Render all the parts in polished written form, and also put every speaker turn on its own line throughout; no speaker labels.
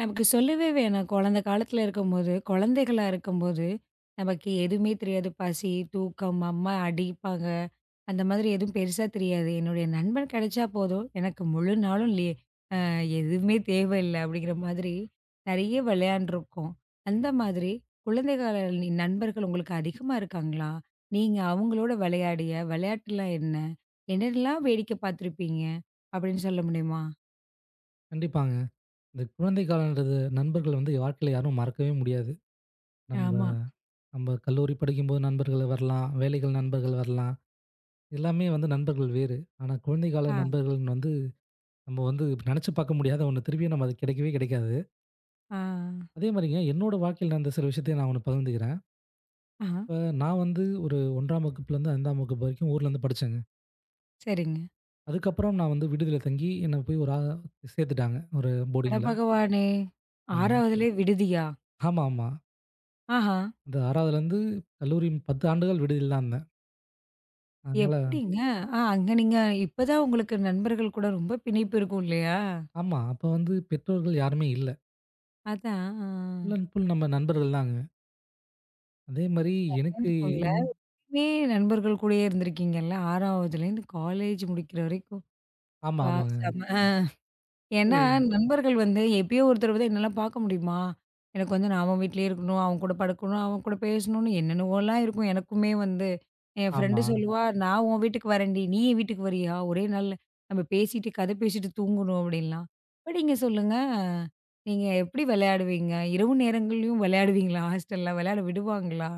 நமக்கு சொல்லவே வேணாம். குழந்த காலத்துல இருக்கும்போது, குழந்தைகளா இருக்கும்போது, நமக்கு எதுவுமே தெரியாது. பசி, தூக்கம், அம்மா அடிப்பாங்க. அந்த மாதிரி எதுவும் பெருசா தெரியாது. என்னுடைய நண்பன் கிடைச்சா போதும், எனக்கு முழு நாளும் லீ அ எதுவுமே தேவையில்ல அப்படிங்கிற மாதிரி நெறைய விளையாண்டுருக்கோம். அந்த மாதிரி குழந்தை கால நண்பர்கள் உங்களுக்கு அதிகமா இருக்காங்களா? நீங்க அவங்களோட விளையாடிய விளையாட்டுலாம் என்ன? என்னெல்லாம் வேடிக்கை பார்த்துருப்பீங்க? அப்படின்னு சொல்ல முடியுமா?
கண்டிப்பாங்க. இந்த குழந்தை காலம்ன்றது நண்பர்கள் வந்து வாழ்க்கையில யாரும் மறக்கவே முடியாது. நம்ப
ஆமா.
நம்ப கல்லூரி படிக்கும்போது நண்பர்கள் வரலாம், வேலைகள் நண்பர்கள் வரலாம். எல்லாமே வந்து நண்பர்கள் வேறு. ஆனா குழந்தை கால
ஆ,
நண்பர்கள்ன்னு வந்து நம்ம வந்து நெனச்சு பார்க்க முடியாத ஒண்ணு. திருப்பியும் நம்ம அது கிடைக்கவே கிடைக்காது.
ஆ,
அதே மாரிங்க என்னோட வாழ்க்கையில நடந்த சில விஷயத்த நான் ஒண்ணு பகிர்ந்துக்கிறேன்.
ஆஹ.
இப்ப நான் வந்து ஒரு 1ஆம் வகுப்புலேருந்து 5ஆம் வகுப்பு வரைக்கும் ஊர்ல இருந்து படிச்சேங்க.
சரிங்க.
அதுக்கப்புறம் நான் வந்து விடுதியில தங்கி என்ன போய் ஒரு ஆ சேர்த்துட்டாங்க. ஒரு
அட
போர்டிங்ல.
பகவானே!
ஆமா.
6வதுலயே விடுதியா?
ஆமா, ஆமா.
ஆஹா!
அந்த 6வதுலேருந்து கல்லூரி 10 ஆண்டுகள் விடுதியில தான் இருந்தேன். அதனால
எப்படிங்க? அங்க நீங்க இப்பதான் உங்களுக்கு நண்பர்கள் கூட ரொம்ப பிணைப்பு இருக்கும் இல்லையா?
ஆமா, அப்ப வந்து பெற்றோர்கள் யாருமே இல்ல.
அதான். ஆ.
ஃபுல் அண்ட் ஃபுல் நம்ம நண்பர்கள் தாங்க. அதே மாரி எனக்கு
இருக்கும்.
இங்
எல்லாருமே நண்பர்கள் கூடயே இருந்திருக்கீங்கல்ல 6வதுலேருந்து காலேஜ் முடிக்கிற வரைக்கும்.
ஆமா,
வா!
ஆமாங்க.
செம. ஆ. ஏன்னா,
ம்.
நண்பர்கள் வந்து எப்பயோ ஒரு தடவ தான் என்னலாம் பார்க்க முடியுமா? எனக்கு வந்து நான் அவன் வீட்லயே இருக்கணும், அவன் கூட படுக்கணும், அவன் கூட பேசணும்னு என்னென்னவோலாம் இருக்கும் எனக்குமே வந்து. என் ஃப்ரெண்டு
ஆமா.
சொல்லுவா, "நான் உன் வீட்டுக்கு வரேன்டி, நீ என் வீட்டுக்கு வரியா? ஒரே நாள்ல நம்ம பேசிட்டு, கதை பேசிட்டு தூங்கணும்" அப்படின்லாம். இப்ப நீங்க சொல்லுங்க, நீங்க எப்படி விளையாடுவீங்க? இரவு நேரங்கள்லயும் விளையாடுவீங்களா? ஹாஸ்டல்ல விளையாட விடுவாங்களா?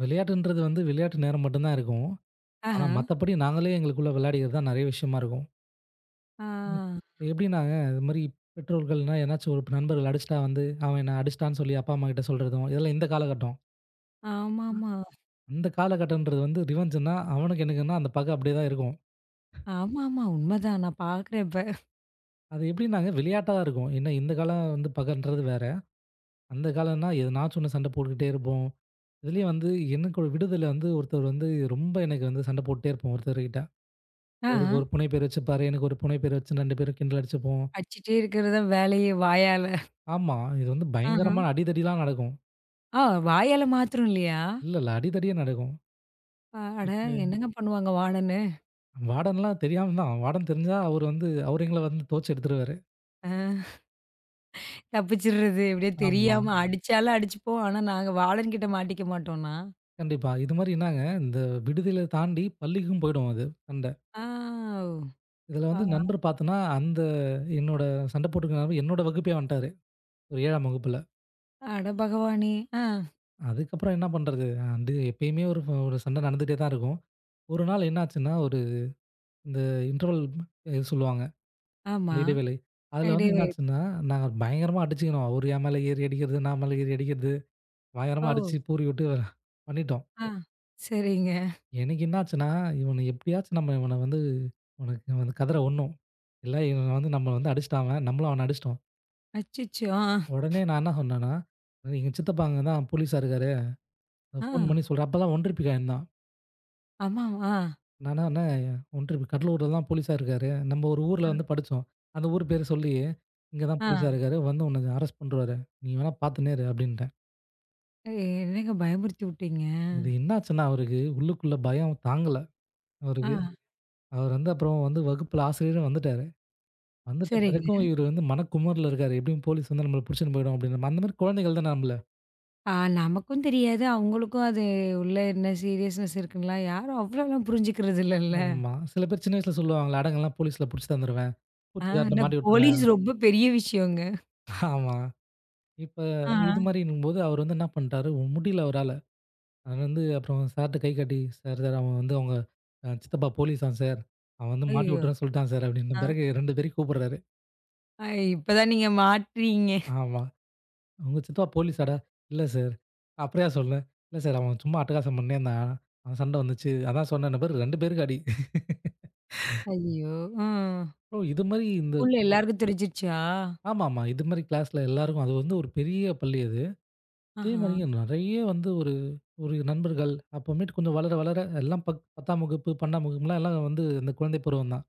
விளையாட்டுன்றது வந்து விளையாட்டு நேரம் மட்டும் தான் இருக்கும். ஆனா
ஆஹா.
மத்தபடி நாங்களே எங்களுக்குள்ள விளையாடிக்கிறது தான் நெறைய விஷயமா இருக்கும்.
ஆ.
இப் எப்படின்னாங்க, இது மாரி பெற்றோர்கள்னா எதனாச்சும் ஒரு நண்பர்கள் அடிச்சிட்டா வந்து, "அவன் என்ன அடிச்சிட்டான்னு" சொல்லி அப்பா, அம்மா கிட்ட சொல்றதும், இதெல்லாம் இந்த காலகட்டம்.
ஆமாமா.
அந்த காலகட்டம்ன்றது வந்து ரிவெஞ்சுன்னா, அவனுக்கு எனக்குன்னா அந்த பகை அப்படியே தான் இருக்கும்.
ஆமாமா. உண்மதான். நான் பார்க்குறேன் இப்ப.
அது எப்படின்னாங்க விளையாட்டா தான் இருக்கும். ஏன்னா இந்த காலம் வந்து பகைன்றது வேற. அந்த காலம்னா எதனாச்சும் ஒண்ணு சண்டை போட்டுக்கிட்டே இருப்போம். இதுலயும் வந்து எனக்கு ஒரு விடுதில வந்து ஒருத்தர் வந்து ரொம்ப எனக்கு வந்து சண்டை போட்டுட்டே இருப்போம் ஒருத்தர்கிட்ட.
ஆஹா.
அவருக்கு ஒரு புனை பேர் வச்சுப்பாரு. எனக்கு ஒரு புனை பேர் வச்சு 2 பேரும் கிண்டல் அடிச்சுப்போம்.
அடிச்சிட்டே இருக்கிறது தான் வேலையே வாயால.
ஆமா. இது வந்து
ஆஹ.
பயங்கரமான அடிதடிலாம் நடக்கும்.
ஆ. வாயால மாத்துறோம் இல்லையா?
இல்ல, அடிதடியே நடக்கும்.
ஆ, அட,
இப்ப
என்னங்க பண்ணுவாங்க வார்டனு?
வார்டன்லாம் தெரியாம தான். வார்டன் தெரிஞ்சா அவரு வந்து அவரு எங்கள வந்து துவச்சு எடுத்துருவாரு.
அ தப்பிச்சிடுறது எப்படியோ
ஆமா.
தெரியாம ம். அடிச்சாலும் அடிச்சுப்போம். ஆனா நாங்க வார்டன் கிட்ட மாட்டிக்க மாட்டோம்னா?
கண்டிப்பா. இது மாரி என்னாங்க, இந்த விடுதியில தாண்டி பள்ளிக்கும் போயிடும் அது சண்டை.
ஆ. ஓ!
இதுல
ஆ.
வந்து நண்பர் பார்த்தோன்னா, அந்த என்னோட சண்டை போட்டுக்க நண்பர் என்னோட வகுப்பே வந்துட்டாரு, ஒரு 7ஆம் வகுப்புல.
அட பகவானே! ஆ.
அதுக்கப்புறம் என்ன பண்றது? வந்து எப்பயுமே ஒரு ஒரு சண்டை நடந்துட்டே தான் இருக்கும். ஒரு நாள் என்னாச்சுன்னா, ஒரு இந்த இன்டர்வல், இது சொல்லுவாங்க, அந்த
ஆமா.
இடைவேளை. அதில வந்து
இடைவேளை.
என்னாச்சுன்னா, நாங்க பயங்கரமா அடிச்சுக்கினோம். அவரு என் மேல ஏறி அடிக்கிறது, நான் மேல ஏறி அடிக்கிறது.
ஓ!
பயங்கரமா அடிச்சு பூரி விட்டு பண்ணிட்டோம்.
ஆ. சரிங்க.
எனக்கு என்னாச்சுன்னா, இவன எப்படியாச்சும் நம்ம இவன வந்து இவனுக்கு வந்து கதற விடணும். இல்ல இவன் வந்து நம்மள வந்து அடிச்சுட்டான் அவன். நம்மளும் அவன அடிச்சுட்டோம்.
அச்சச்சோ! ஆ.
உடனே நான் என்ன சொன்னேன்னா, எங்க சித்தப்பா அங்க தான் போலீஸா இருக்காரு.
ஆ.
ஃபோன் பண்ணி சொல்றேன். அப்பதான் ஒன்றிப்பிக்க ஆயிருந்தான்.
ஆமாமா.
நானா அண்ணே ஒன்றிய கடலூர்ல தான் போலீஸா இருக்காரு. நம்ம ஒரு
ஆ.
ஊர்ல வந்து படிச்சோம். அந்த ஊர் பேர சொல்லி, இங்க தான்
ஆ. ஆ.
போலீஸா இருக்காரு. வந்து உன்ன அரெஸ்ட் பண்ருவாரு. நீ வேணா பார்த்துன்னே இரு அப்படின்ட்டேன்.
ஏய், என்னங்க பயமுறுத்தி விட்டீங்க?
இது என்னாச்சுன்னா அவருக்கு உள்ளுக்குள்ள பயம் தாங்கல
ஆ.
அவருக்கு. அவர் வந்து அப்புறம் வந்து வகுப்புல ஆசிரியரும் வந்துட்டாரு. வந்துட்ட பிறகும்
சரிங்க.
இவரு வந்து மனக்குமுறல்ல இருக்காரு. எப்படியும் போலீஸ் வந்து நம்மள புடிச்சுன்னு போயிடும் அப்படின்னு. அந்த மாரி குழந்தைகள் தான நம்மள.
ஆ. நமக்கும் தெரியாது. அவங்களுக்கும் அது உள்ள என்ன சீரியஸ்னஸ் இருக்குன்லாம் யாரும் அவ்வளோலாம் புரிஞ்சுக்கிறது இல்லல்ல.
ஆமா. சில பேர் சின்ன வயசுல சொல்லுவாங்கல்ல, அடங்கலாம் போலீஸ்ல புடிச்சு தந்துருவேன்,
ஆ,
பூச்சுக்காரன்ட்ட
ஆனா
மாட்டி விட்டுருவேன்.
போலீஸ் ரொம்ப பெரிய விஷயங்க.
ஆமா. இப்ப
ஆ.
இது மாரின்னும்போது அவர் வந்து என்ன பண்ட்டாரு, முடியல அவரால. அது வந்து அப்புறம் சார்ட்ட கை காட்டி, "சார், சார் அவன் வந்து அவங்க சித்தப்பா போலீஸாம் சார். அவன் வந்து மாட்டி
ஐயயோ!
விட்டுறேன்னு சொல்ட்டான் சார்" அப்படின்ன
ஆ.
பிறகு 2 பேரையும் கூப்பிடுறாரு.
அ இப்பதான் நீங்க மாட்றீங்க.
ஆமா. "உங்க சித்தப்பா போலீஸாடா?" "இல்ல சார்." "அப்புறம் ஏன் சொன்ன?" "இல்ல சார் அவன் சும்மா அட்டகாசம் பண்ணே இருந்தான். அவன் சண்டை வந்துச்சு. அதான் சொன்னேன்ன பாரு 2 பேருக்கு அடி."
ஐயோ! ஆ.
ப்ரோ இது மாரி இந்த
ஸ்கூல்ல எல்லாருக்கும் தெரிஞ்சிருச்சா?
ஆமாமா. இது மாரி கிளாஸ்ல எல்லாருக்கும் அது வந்து ஒரு பெரிய பள்ளி அது. அதே
ஆஹா.
மாரிங்க நெறைய வந்து ஒரு ஒரு நண்பர்கள் அப்புறமேட்டு கொஞ்சம் வளர, வளர எல்லாம் பக் 10ஆம் வகுப்பு, 12ஆம் வகுப்புலாம் எல்லாம் வந்து இந்த குழந்தை பருவம் தான்.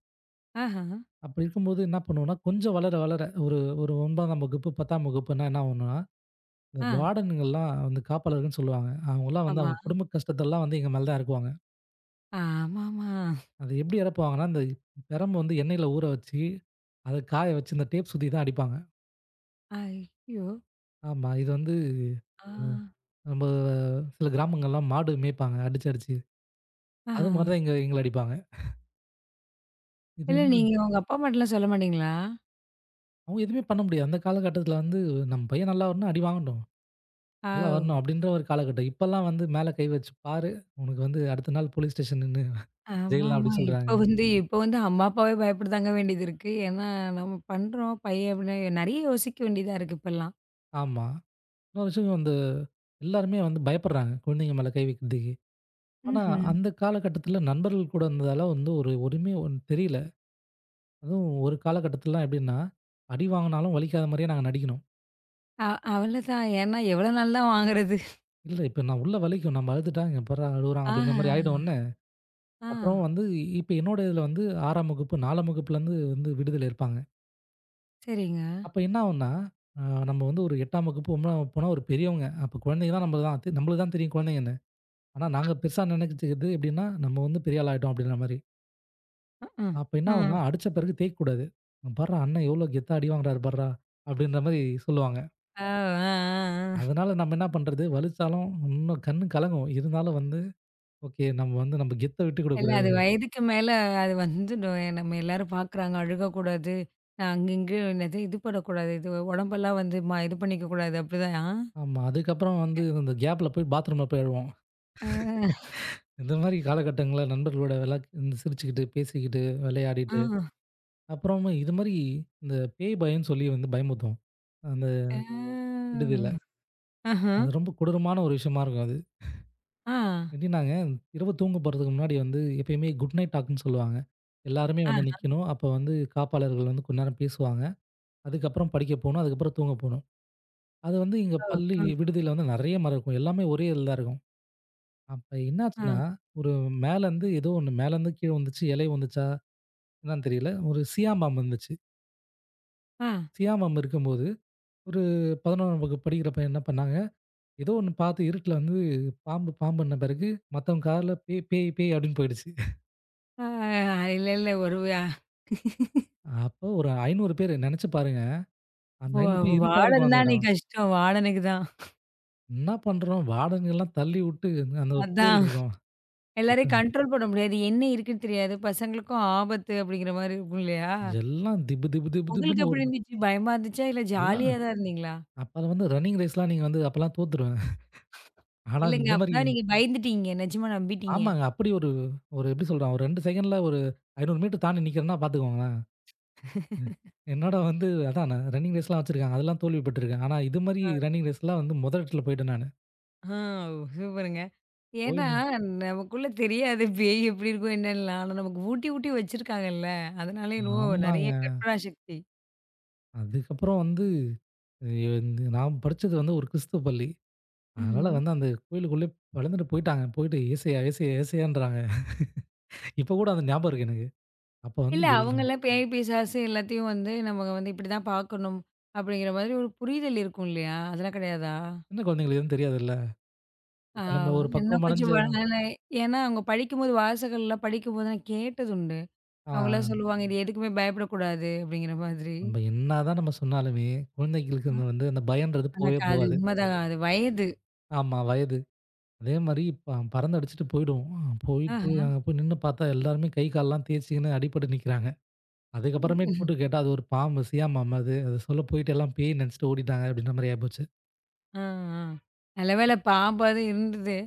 ஆஹா.
அப்படி இருக்கும்போது என்ன பண்ணுவோம்னா, கொஞ்சம் வளர வளர ஒரு ஒரு 9ஆம் வகுப்பு, 10ஆம் வகுப்புன்னா என்ன ஆகும்னா, இந்த
ஆ.
வார்டனுங்கள்லாம் வந்து காப்பாளர்கள்ன்னு சொல்லுவாங்க. அவங்கலாம் வந்து
ஆமா.
அவங்க குடும்ப கஷ்டத்தெல்லாம் வந்து எங்க மேல தான் இறக்குவாங்க.
ஆமாமா.
அது எப்படி இறக்குவாங்கன்னா, இந்த பிரம்ப வந்து எண்ணெயில ஊற வச்சு, அத காய வச்சு இந்த டேப் சுத்தி தான் அடிப்பாங்க.
ஐயோ!
ஆமா. இது வந்து
ஆ.
அ நம்ம சில கிராமங்கள்லாம் மாடு மேய்ப்பாங்க அடிச்சு அடிச்சு. அது
ஆஹா.
மாரி தான் எங்க எங்கள அடிப்பாங்க. இது
இல்ல
வந்து
நீங்க உங்க அப்பா அம்மாட்டலாம் சொல்ல மாட்டீங்களா?
அவங்க எதுவுமே பண்ண முடியாது. அந்த காலகட்டத்தில வந்து நம்ம பையன் நல்லா வரணும்னா அடி வாங்கட்டும். நல்லா
ஆவ்.
வரணும் அப்படின்ற ஒரு காலகட்டம். இப்பல்லாம் வந்து மேல கை வச்சு பாரு, உனக்கு வந்து அடுத்த நாள் போலீஸ் ஸ்டேஷன் நின்னு ஜெயில்லாம்
ஆமாமா.
அப்படின்னு சொல்றாங்க.
இப்ப வந்து இப்ப வந்து அம்மா, அப்பாவே பயப்படதாங்க வேண்டியது இருக்கு. ஏன்னா நம்ம பண்றோம் பையன் அப்படின்னு நெறைய யோசிக்க வேண்டியதா இருக்கு இப்பல்லாம்.
ஆமா. இன்னொரு விஷயம் வந்து எல்லாருமே வந்து பயப்படுறாங்க, குழந்தைங்க மேல கை வைக்கிறதுக்கு. ஆனா
ம்ஹ்ம்.
அந்த காலகட்டத்தில நண்பர்கள் கூட இருந்ததால வந்து ஒரு ஒருமே ஒண்ணு தெரியல. அதுவும் ஒரு காலகட்டத்திலலாம் எப்படின்னா, அடி வாங்குனாலும் வலிக்காத மாரியே நாங்க நடிக்கணும்.
அ அவ்வளதான். ஏன்னா எவ்வளோ நாள் தான் வாங்குறது?
இல்ல இப்ப நான் உள்ள வலிக்கும். நம்ம அழுதுட்டாங்க எப்பாட்றா அழுவுறான் அப்படின்ற
ஆஹா!
மாரி ஆயிடும்ன்னு,
ஆ.
அப்புறம் வந்து இப்ப என்னோட இதுல வந்து 6ஆம் வகுப்பு, 4ஆம் வகுப்புலேருந்து வந்து விடுதில இருப்பாங்க.
சரிங்க.
அப்ப என்ன ஆகும்ன்னா, அ நம்ம வந்து ஒரு 8ஆம் வகுப்பு, 9ஆம் வகுப்புனா ஒரு பெரியவங்க. அப்ப குழந்தைங்க தான் நம்மள தான் நம்மளுக்கு தான் தெரியும் குழந்தைங்கன்னு. ஆனா நாங்க பெருசா நினைச்சுக்கிறது எப்படின்னா, நம்ம வந்து பெரிய ஆள் ஆயிட்டோம் அப்படின்ற மாரி.
ம்ஹ்ம்.
அப்ப என்ன
ம்.
ஆகும்ன்னா, அடிச்ச பிறகு தேய்க்கக்கூடாது. "இங்க பார்றா அண்ணன் எவ்வளோ கெத்தா அடி வாங்குறாரு பார்றா" அப்படின்ற மாரி சொல்லுவாங்க.
ஆ, ஆ, ஆ.
அதனால நம்ம என்ன பண்றது, வலிச்சாலும் இன்னும் கண்ணு கலங்கும். இருந்தாலும் வந்து, ஓகே நம்ம வந்து நம்ம கெத்த விட்டுக்
இல்ல
குடுக்கக்கூடாது.
அது வயதுக்கு மேல அது வந்துடும். நம்ம எல்லாரும் பார்க்குறாங்க. அழுகக்கூடாது. நான் அங்க இங்கயும் என்னது இது பண்ணக்கூடாது. இது உடம்பெல்லாம் வந்து இது பண்ணிக்க கூடாது. அப்படிதான்.
ஆமா. அதுக்கப்புறம் வந்து இந்த கேப்ல போய் பாத்ரூம்ல போய் அழுவோம்.
ஆ.
இந்த மாரி காலகட்டங்கள்ல நண்பர்களோட விளா சிரிச்சுக்கிட்டு, பேசிக்கிட்டு,
ஆ.
விளையாடிட்டு
ஆ.
அப்புறமா இது மாரி இந்த பேய் பயம்ன்னு சொல்லி வந்து பயமுறுத்தும், அந்த
ஆ.
விடுதியில.
ஆஹா.
அது ரொம்ப கொடூரமான ஒரு விஷயமா இருக்கும் அது.
ஆ.
எப்டின்னாங்க, இரவு தூங்க போறதுக்கு முன்னாடி வந்து எப்பயுமே குட் நைட் டாக்ன்னு சொல்லுவாங்க. எல்லாருமே
ஆ.
வந்து நிக்கணும். அப்ப வந்து காப்பாளர்கள் வந்து கொஞ்ச நேரம் பேசுவாங்க. அதுக்கப்புறம் படிக்க போணும். அதுக்கப்புறம் தூங்க போணும். அது வந்து எங்க பள்ளி
ஓ!
விடுதியில வந்து நெறைய மரம் இருக்கும். எல்லாமே ஒரே இதுல தான் இருக்கும். அப்ப
ஆ.
என்னாச்சுன்னா, ஒரு மேலருந்து ஏதோ ஒண்ணு மேலருந்து கீழ வந்துச்சு. இலை வந்துச்சா என்னன்னு தெரியல. ஒரு சியான் பாம்பு வந்துச்சு.
ஆ.
சியான் பாம்பு இருக்கும்போது, ஒரு 11ஆம் வகுப்பு படிக்கிற பையன் என்ன பண்ணாங்க ஏதோ ஒண்ணு பார்த்து இருட்டுல வந்து பாம்பு பாம்புன்ன பிறகு, மத்தவங்க கார்ல பேய் பேய் பேய் அப்படின்னு போயிடுச்சு.
ஆ. ஆ. இல்ல, இல்ல. ஒரு வ
அப்போ ஒரு 500 பேரு நெனச்சு பாருங்க. அந்த 500 பேர் இருட்டா
வாழன்
இருக்கும் அந்த
தான்
இடம்.
அன்னைக்கு கஷ்டம். வாழனுக்கு தான்.
என்னா பண்றோம்? வாடகைலாம் தள்ளி விட்டு அந்த ஒரு கோயில்
அதான்.
இருக்கும்.
எல்லாரையும்
அது-
கண்ட்ரோல் பண்ண முடியாது. என்ன இருக்குன்னு தெரியாது. பசங்களுக்கும் ஆபத்து அப்படிங்கிற மாரி இருக்கும் இல்லையா?
எல்லாம் திபு திபு திபு
உங்களுக்கு
திபுன்னு
எப்படி
ஓடுது.
இருந்துச்சு? பயமா இருந்துச்சா? இல்ல
எல்லாம்
ஜாலியா தான் இருந்தீங்களா?
அப்பலாம் வந்து ரன்னிங் ரேஸ்லாம் நீங்க வந்து அப்பலாம் தோத்துருவேன். ஆனா
இல்லங்க
இந்த மாரி
அப்பதான் நீங்க பயந்துட்டீங்க. நிஜமா நம்பிட்டீங்க.
ஆமாங்க. அப்படி ஒரு ஒரு எப்படி சொல்றான்? ஒரு 2 செகண்ட்ல ஒரு 500 மீட்டர் தாண்டி நிக்கிறேன்னா பார்த்துக்கோங்களேன். என்னோட வந்து அதான் நான் ரன்னிங் ரேஸ்லாம் வச்சிருக்காங்க. அதெல்லாம் தோல்வி பட்டுருக்கேன். ஆனா இது மாரி
அ,
ரன்னிங் ரேஸ்லாம் வந்து முதல் இடத்துல போயிட்டேன் நானு.
ஆ, சூப்பருங்க. ஏன்னா,
போயின்னு
நமக்குள்ள தெரியாது பேய் எப்படி இருக்கும் என்னன்னுலாம். ஆனா நமக்கு ஊட்டி, ஊட்டி வச்சிருக்காங்கல்ல. அதனால என்னவோ நெறைய
ஆமாங்க.
கற்பனா சக்தி.
அதுக்கப்புறம் வந்து வந்து நான் படிச்சது வந்து ஒரு கிறிஸ்துவ பள்ளி. அதனால
ம்ஹ்ம்.
வந்து அந்த கோயிலுக்குள்ளயே பிளந்துட்டு போயிட்டாங்க. போயிட்டு ஏசையா, ஏசையா, ஏசையான்றாங்க. இப்ப கூட அந்த ஞாபகம் இருக்கு எனக்கு. அப்ப வந்து
இல்ல
எல்லாம்
அவங்கலாம் பேய், பிசாசு எல்லாத்தையும் வந்து நம்ம வந்து இப்படிதான் பார்க்கணும் அப்படிங்கிற மாதிரி ஒரு புரிதல் இருக்கும் இல்லையா? அதெல்லாம் கிடையாதா?
சின்ன குழந்தைங்களுக்கு எதுவும் தெரியாதுல்ல.
ஆ.
இப்ப நம்ம ஒரு
இன்னும்
பக்குவம்
கொஞ்சம்
அடைஞ்ச
ஏன்னா, ஏன்னா அவங்க படிக்கும்போது வாசகள்லாம் படிக்கும்போது நான் கேட்டதுண்டு.
ஆ
அவங்கலாம் சொல்லுவாங்க, "இது எதுக்குமே பயப்படக்கூடாது." அப்படிங்கிற மாதிரி.
நம்ம என்னதான் நம்ம சொன்னாலுமே, குழந்தைகளுக்கு இந்த வந்து அந்த பயம்ன்றது
ஆனா
போவே
அது
போகாது.
உண்மதான். அது வயது.
ஆமா வயது. அதே மாரி பறந்து அடிச்சுட்டு போயிடும். போயிட்டு
ஆஹா.
அங்க போய் நின்னு பார்த்தா எல்லாருமே கை, கால்லாம் தேய்ச்சுக்கின்னு அடிபட்டு நிக்கிறாங்க. அதுக்கப்புறமே கூட்டு கேட்டா, அது ஒரு பாம்பு, சியா பாம்பு அது. அது சொல்ல போயிட்டு எல்லாம் பேய்ன்னு நெனச்சுட்டு ஓடிட்டாங்க அப்டின்ற மாரி ஆயிப்போச்சு.
ஆ, ஆ. நல்ல வேளை பாம்பாவது இருந்தது.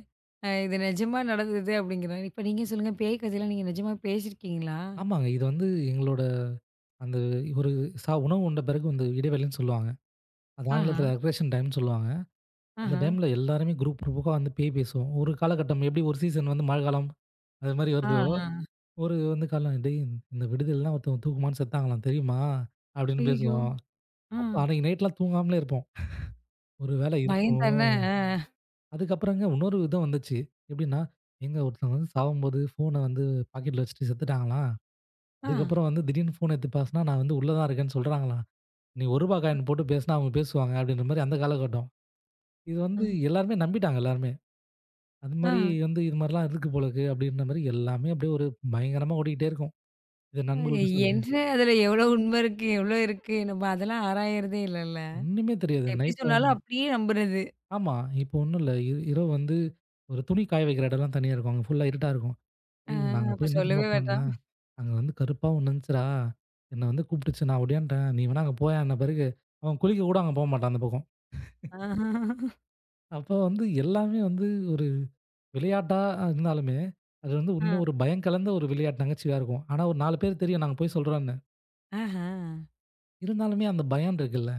அ, இது நிஜமா நடந்தது அப்படிங்கிறாரு. இப்ப நீங்க சொல்லுங்க, பேய் கதைலாம் நீங்க நிஜமா பேசியிருக்கீங்களா?
ஆமாங்க. இது வந்து எங்களோட அந்த ஒரு உணவு உண்ட பிறகு வந்து இடைவேளைன்னு சொல்லுவாங்க. அது
ஆஹா,
ஆங்கிலத்தில ரெக்ரேஷன் டைம்ன்னு சொல்லுவாங்க. அந்த
ஆஹா.
டைம்ல எல்லாருமே குரூப் குரூப்புக்கா வந்து பேய் பேசுவோம். ஒரு காலகட்டம் எப்படி ஒரு சீசன் வந்து மழை காலம் அது மாரி
ஆ,
வருதோ,
ஆ.
ஒரு வந்து காலம் "டேய் இந்த விடுதிலலாம் ஒருத்தவங்க தூக்கு மாட்டுன்னு செத்தாங்களாம் தெரியுமா?" அப்படின்னு
ஐயய்யோ!
பேசுவோம்.
ஆ.
அப்ப அன்னைக்கு நைட்லாம் தூங்காமலே இருப்போம். ஒரு வேளை
பயம்
இருக்குமோ!
தானே. ஆ.
அதுக்கப்புறங்க இன்னொரு விதம் வந்துச்சு. எப்படின்னா, எங்க ஒருத்தவங்க வந்து சாவும்போது ஃபோன வந்து பாக்கெட்ல வச்சுட்டு செத்துட்டாங்களாம்.
ஆ.
அதுக்கப்புறம் வந்து திடீர்னு ஃபோன எடுத்து பேசினா, நான் வந்து உள்ள தான் இருக்கேன்னு சொல்றாங்களாம். நீ ₹1 காயின் போட்டு பேசினா அவங்க பேசுவாங்க அப்படின்ற மாரி அந்த காலகட்டம். இது
ஆ.
வந்து எல்லாருமே நம்பிட்டாங்க எல்லாருமே. அது
ஆ.
மாரி வந்து இது மாரிலாம் இருக்கு போல இருக்கு அப்படின்ற மாரி எல்லாமே அப்படியே ஒரு பயங்கரமா ஓடிக்கிட்டே இருக்கும். இத
அ,
நண்பர்கள்ட்ட சொல்லி
என்ன அதுல எவ்ளோ உண்ம இருக்கு? எவ்ளோ இருக்கு? நம்ம அதெல்லாம் ஆராயறதே இல்லல்ல.
ஒண்ணுமே தெரியாது.
எப்படி
நைட்ல
சொன்னாலும்
வந்து
அப்படியே நம்புறது.
ஆமா. இப்போ ஒண்ணும் இல்ல. இரவு வந்து ஒரு துணி காய வைக்கிற இடம்லாம் தனியா இருக்கும். அங்க ஃபுல்லா இருட்டா இருக்கும்.
ஆ.
ஏய், நாங்க
அப்ப
போய் என்ன தெரியுமா
சொல்லவே வேண்டாம்.
பண்ணேன்? அங்க வந்து கருப்பா ஒண்ணுந்துச்சுடா. என்ன வந்து கூப்பிட்டுச்சு. நான் ஓடியாந்துட்டேன். நீ வேணா அங்க போயான்ன பிறகு, அவன் குளிக்க கூட அங்க போமாட்டான் அந்த பக்கம்.
ஆஹா.
அப்ப வந்து எல்லாமே வந்து ஒரு விளையாட்டா இருந்தாலுமே, அது வந்து
ஆ.
இன்னும் ஒரு பயம் கலந்த ஒரு விளையாட்டு நகைச்சுவையா இருக்கும். ஆனா ஒரு 4 பேர் தெரியும் நாங்க போய் சொல்றோம்ன்னு.
ஆஹா.
இருந்தாலுமே அந்த பயம் இருக்குல்ல,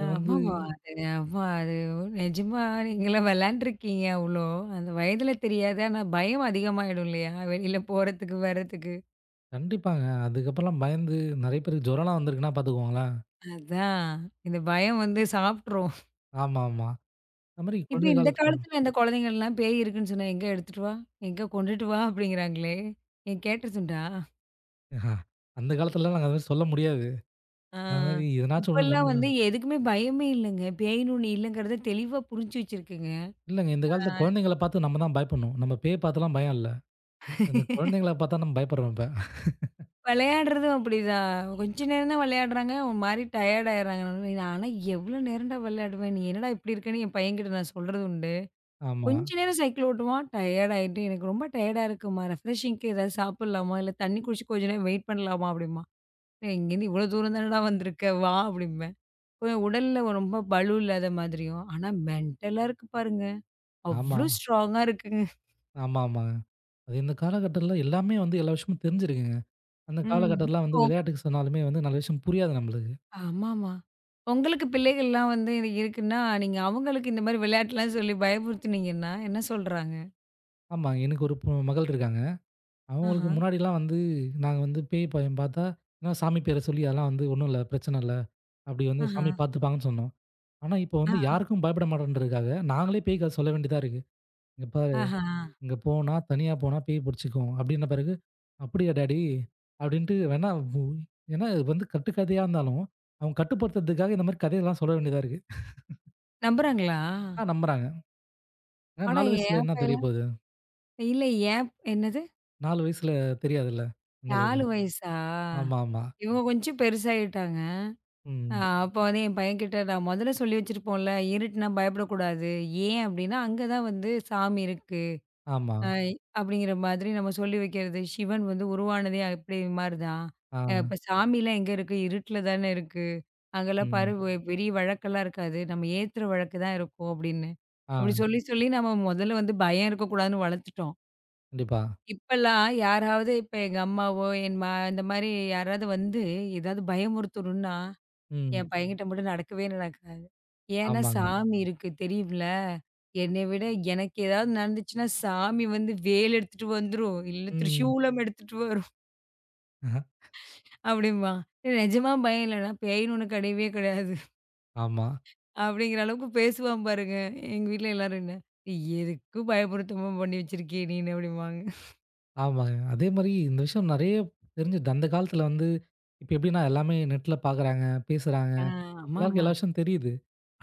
அ,
வந்து
ஆமாமா. அது ஆமா அது நிஜமா நீங்கலாம் விளையாண்டுருக்கீங்க அவ்ளோ. அந்த வயதுல தெரியாது. ஆனா பயம் அதிகமாயிடும் இல்லையா? வெளியில போறதுக்கு, வர்றதுக்கு.
கண்டிப்பாங்க. அதுக்கப்புறம்லாம் பயந்து நெறைய பேருக்கு ஜுரம்லாம் வந்திருக்குன்னா பாத்துக்கோங்களேன்.
அதான். இந்த பயம் வந்து சாப்ட்ரும்.
ஆமாமா. அது மாரி
இப்ப
குழந்தை
இந்த
காலத்துல
காலத்துல இந்த குழந்தைங்கலாம் பேய் இருக்குன்னு சொன்னா, எங்க எடுத்துட்டு வா? எங்க கொண்டுட்டு வா? அப்படிங்கிறாங்களே. ஏன் கேட்டதுண்டா?
ஆஹா, அந்த காலத்துலலாம் நாங்க அது மாரி சொல்ல முடியாது.
ஆ.
அது மாரி எதனாச்சும் ஒண்ணு
இப்பல்லாம்
நம்புனா
வந்து எதுக்குமே பயமே இல்லங்க. பேய்ன்னு ஒண்ணு இல்லங்கிறத தெளிவா புரிஞ்சு வச்சிருக்குங்க.
இல்லங்க. இந்த காலத்துல குழந்தைங்கள பார்த்து நம்ம தான் பயப்படணும். நம்ம பேய் பார்த்துலாம் பயம் இல்ல. இந்த குழந்தைங்கள பார்த்தா நம்ம பயப்படுறோம் இப்ப.
விளையாடுறதும் அப்படிதான். கொஞ்ச நேரம் தான் விளையாடுறாங்க. ஒரு மாரி டயர்ட் ஆயிடுறாங்க. நான்லாம் எவ்வளோ நேரம்டா விளையாடுவேன்? நீ என்னடா இப்படி இருக்கன்னு என் பையன்கிட்ட நான் சொல்றது உண்டு.
ஆமா,
கொஞ்ச நேரம் சைக்கிள் ஓட்டுவான். டயர்ட் ஆயிட்டு, "எனக்கு ரொம்ப டயர்டா இருக்கும்மா. ரெஃப்ரெஷிங்க்கு ஏதாவது சாப்பிடலாமா? இல்ல தண்ணி குடிச்சு கொஞ்ச நேரம் வெயிட் பண்ணலாமா?" அப்படிம்பான். "ஏய் இங்கேருந்து இவ்வளோ தூரம் தானடா வந்திருக்க. வா" அப்படிம்பேன். கொஞ்சம் உடல்ல ரொம்ப பலு இல்லாத மாதிரியும், ஆனா மென்டலா இருக்கு பாருங்க.
ஆமா,
அவ்ளோ ஸ்ட்ராங்கா இருக்குங்க.
ஆமா, ஆமாங்க. அது இந்த காலகட்டத்துல எல்லாமே வந்து எல்லா விஷயமும் தெரிஞ்சிருக்குங்க. அந்த
ம்.
காலகட்டத்துலலாம்
இப்போ
வந்து விளையாட்டுக்கு சொன்னாலுமே வந்து நல்ல விஷயம் புரியாது நம்மளுக்கு.
ஆமாமா. உங்களுக்கு பிள்ளைகள்லாம் வந்து இது இருக்குன்னா, நீங்க அவங்களுக்கு இந்த மாரி விளையாட்டுலாம் சொல்லி பயமுறுத்துனீங்கன்னா, என்ன சொல்றாங்க?
ஆமா, எனக்கு ஒரு மகள் இருக்காங்க. அவங்களுக்கு
ஆஹா,
முன்னாடிலாம் வந்து நாங்க வந்து பேய் பயம் பார்த்தா, ஏன்னா சாமி பேர சொல்லி அதெல்லாம் வந்து ஒண்ணும் இல்ல, பிரச்சனை இல்ல. அப்படி வந்து
ஆஹா,
சாமி பார்த்துப்பாங்கன்னு சொன்னோம். ஆனா, இப்போ
ஆ,
வந்து யாருக்கும் பயப்பட மாட்டோன்றதுக்காக, நாங்களே பேய் கத சொல்ல வேண்டியதா இருக்கு. இங்க பா
ஆஹா.
இங்க போனா, தனியா போனா பேய் புடிச்சுக்கும். அப்படின்ன பிறகு, அப்படியா டாடி? அப்படின்ட்டு வேணா உ ஏன்னா இது வந்து கட்டுக்கதையா இருந்தாலும், அவங்க கட்டுப்படுத்துறதுக்காக இந்த மாரி கதையெல்லாம் சொல்ல வேண்டியதா இருக்கு.
நம்புறாங்களா?
ஆனா நம்புறாங்க. ஏன்னா
ஆனா
4 வயசுல
என்
என்ன தெரிய
பையன்லாம்
போகுது?
இல்ல ஏன் என்னது?
4 வயசுல தெரியாதுல்ல, அந்த அளவுக்கு.
4 வயசா?
ஆமா, ஆமா.
இவங்க கொஞ்சம் பெருசாயிட்டாங்க. அ
ம்.
அப்ப வந்து என் பையன்கிட்ட நான் முதல்ல சொல்லி வச்சிருப்போம்ல, இருட்டுனா பயப்படக்கூடாது. ஏன் அப்டின்னா, அங்க தான் வந்து சாமி இருக்கு.
ஆமா.
அ அப்படிங்கிற மாதிரி நம்ம சொல்லி வைக்கிறது. சிவன் வந்து உருவானதே அப்படி மாரிதான்.
ஆ.
அ, இப்ப சாமிலாம் எங்க இருக்கு? இருட்டுல தானே இருக்கு. அங்கலாம் பாரு
ம்.
பெரிய விளக்கெல்லாம் இருக்காது. நம்ம ஏத்துற விளக்கு தான் இருக்கும் அப்படின்னு. அப்படி
ஆ.
சொல்லி சொல்லி நம்ம முதல்ல வந்து பயம் இருக்கக்கூடாதுன்னு வளர்த்துட்டோம்.
கண்டிப்பா.
இப்பலாம் யாராவது இப்ப எங்க அம்மாவோ, என் இந்த மாரி யாராவது வந்து ஏதாவது பயமுறுத்தணும்னா
ம்.
என் பையன்கிட்ட மட்டும் நடக்கவே நடக்காது. ஏன்னா
ஆமாங்க.
சாமி இருக்கு தெரியும்ல. என்னை விட எனக்கு ஏதாவது நடந்துச்சுன்னா, சாமி வந்து வேல் எடுத்துட்டு வந்துரும். இல்ல
ம்.
திரிசூலம் எடுத்துட்டு வரும்
அஹ,
அப்படிம்பான். "டேய் நிஜமா பயம் இல்லடா, பேயின்னு ஒண்ணு கிடையவே கிடையாது."
ஆமா.
அப்படிங்கிற அளவுக்கு பேசுவான் பாருங்க. எங்க வீட்ல எல்லாரும் என்ன, "ஏய் எதுக்கு பயமுறுத்தமா பண்ணி வச்சிருக்கியே நீனு" அப்படிம்பாங்க.
ஆமாங்க. அதே மாரி இந்த விஷயம் நெறைய தெரிஞ்சுது. அந்த காலத்துல வந்து இப்ப எப்படின்னா எல்லாமே நெட்ல பாக்குறாங்க, பேசுறாங்க.
ஆ.
எல்லாருக்கும்
ஆமாமா.
எல்லா விஷயம் தெரியுது.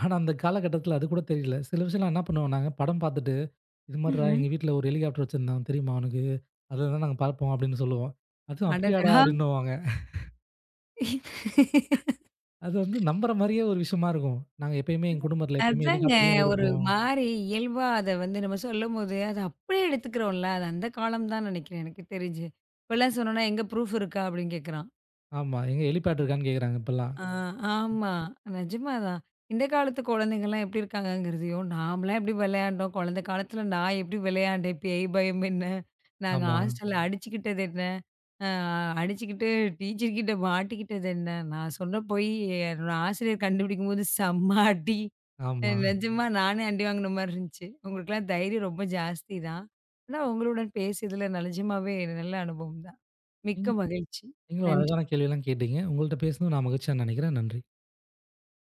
ஆனா, அந்த காலகட்டத்தில அது கூட தெரியல. சில விஷயம்லாம் என்ன பண்ணுவோம் நாங்க, படம் பார்த்துட்டு, "இது மாரிடா
ம்ஹ்ம்.
எங்க வீட்ல ஒரு ஹெலிகாப்டர் வச்சிருந்தாங்க தெரியுமா உனக்கு? அதுல தான் நாங்க பார்ப்போம்" அப்படின்னு சொல்லுவோம். "அதுவும் அப்படியாடா"
அடடா!
அப்படின்னுவாங்க. அது வந்து நம்புற மாரியே ஒரு விஷயமா இருக்கும். நாங்க எப்பயுமே எங்க குடும்பத்தில எப்பயுமே
அதாங்க.
ஹெலிகாப்டர்ல தான் ஊருக்கு
ஒரு
போவோம்.
மாரி இயல்பா அத வந்து நம்ம சொல்லும்போது, அத அப்படியே எடுத்துக்கிறோம்ல. அது அந்த காலம் தான் நெனைக்கிறேன் எனக்கு தெரிஞ்சு. இப்பலாம் சொன்னோம்னா, "எங்க ப்ரூஃப் இருக்கா?" அப்படின்னு கேட்குறான்.
ஆமா. எங்க ஹெலிபேட் இருக்கான்னு கேட்குறாங்க இப்பல்லாம்.
ஆ, ஆமா. நிஜமாதான். இந்த காலத்து குழந்தைங்கலாம் எப்படி இருக்காங்கங்கிறதையும், நாமலாம் எப்படி விளையாண்டோம், குழந்தை காலத்துல நான் எப்படி விளையாண்டேன், பேய் பயம் என்ன? நாங்க
ஆமா,
ஹாஸ்டல்ல அடிச்சுக்கிட்டது என்ன? அ அடிச்சுக்கிட்டு டீச்சர் கிட்ட மாட்டிக்கிட்டது என்ன? நான் சொன்ன போய் என்னோட ஆசிரியர் கண்டுபிடிக்கும்போது செம்ம அடி.
ஆமா.
நிஜமா நானே அடி வாங்கின மாரி இருந்துச்சு. உங்களுக்கெல்லாம் தைரியம் ரொம்ப ஜாஸ்தி தான். ஆனா உங்களுடன் பேசியதுல நிஜமாவே நல்ல அனுபவம் தான்.
நீங்க
மிக்க மகிழ்ச்சி.
நீங்களும்
நன்றி.
அழகான கேள்வியெல்லாம் கேட்டீங்க. உங்கள்ட்ட பேசினது நான் மகிழ்ச்சியா நினைக்கிறேன். நன்றி.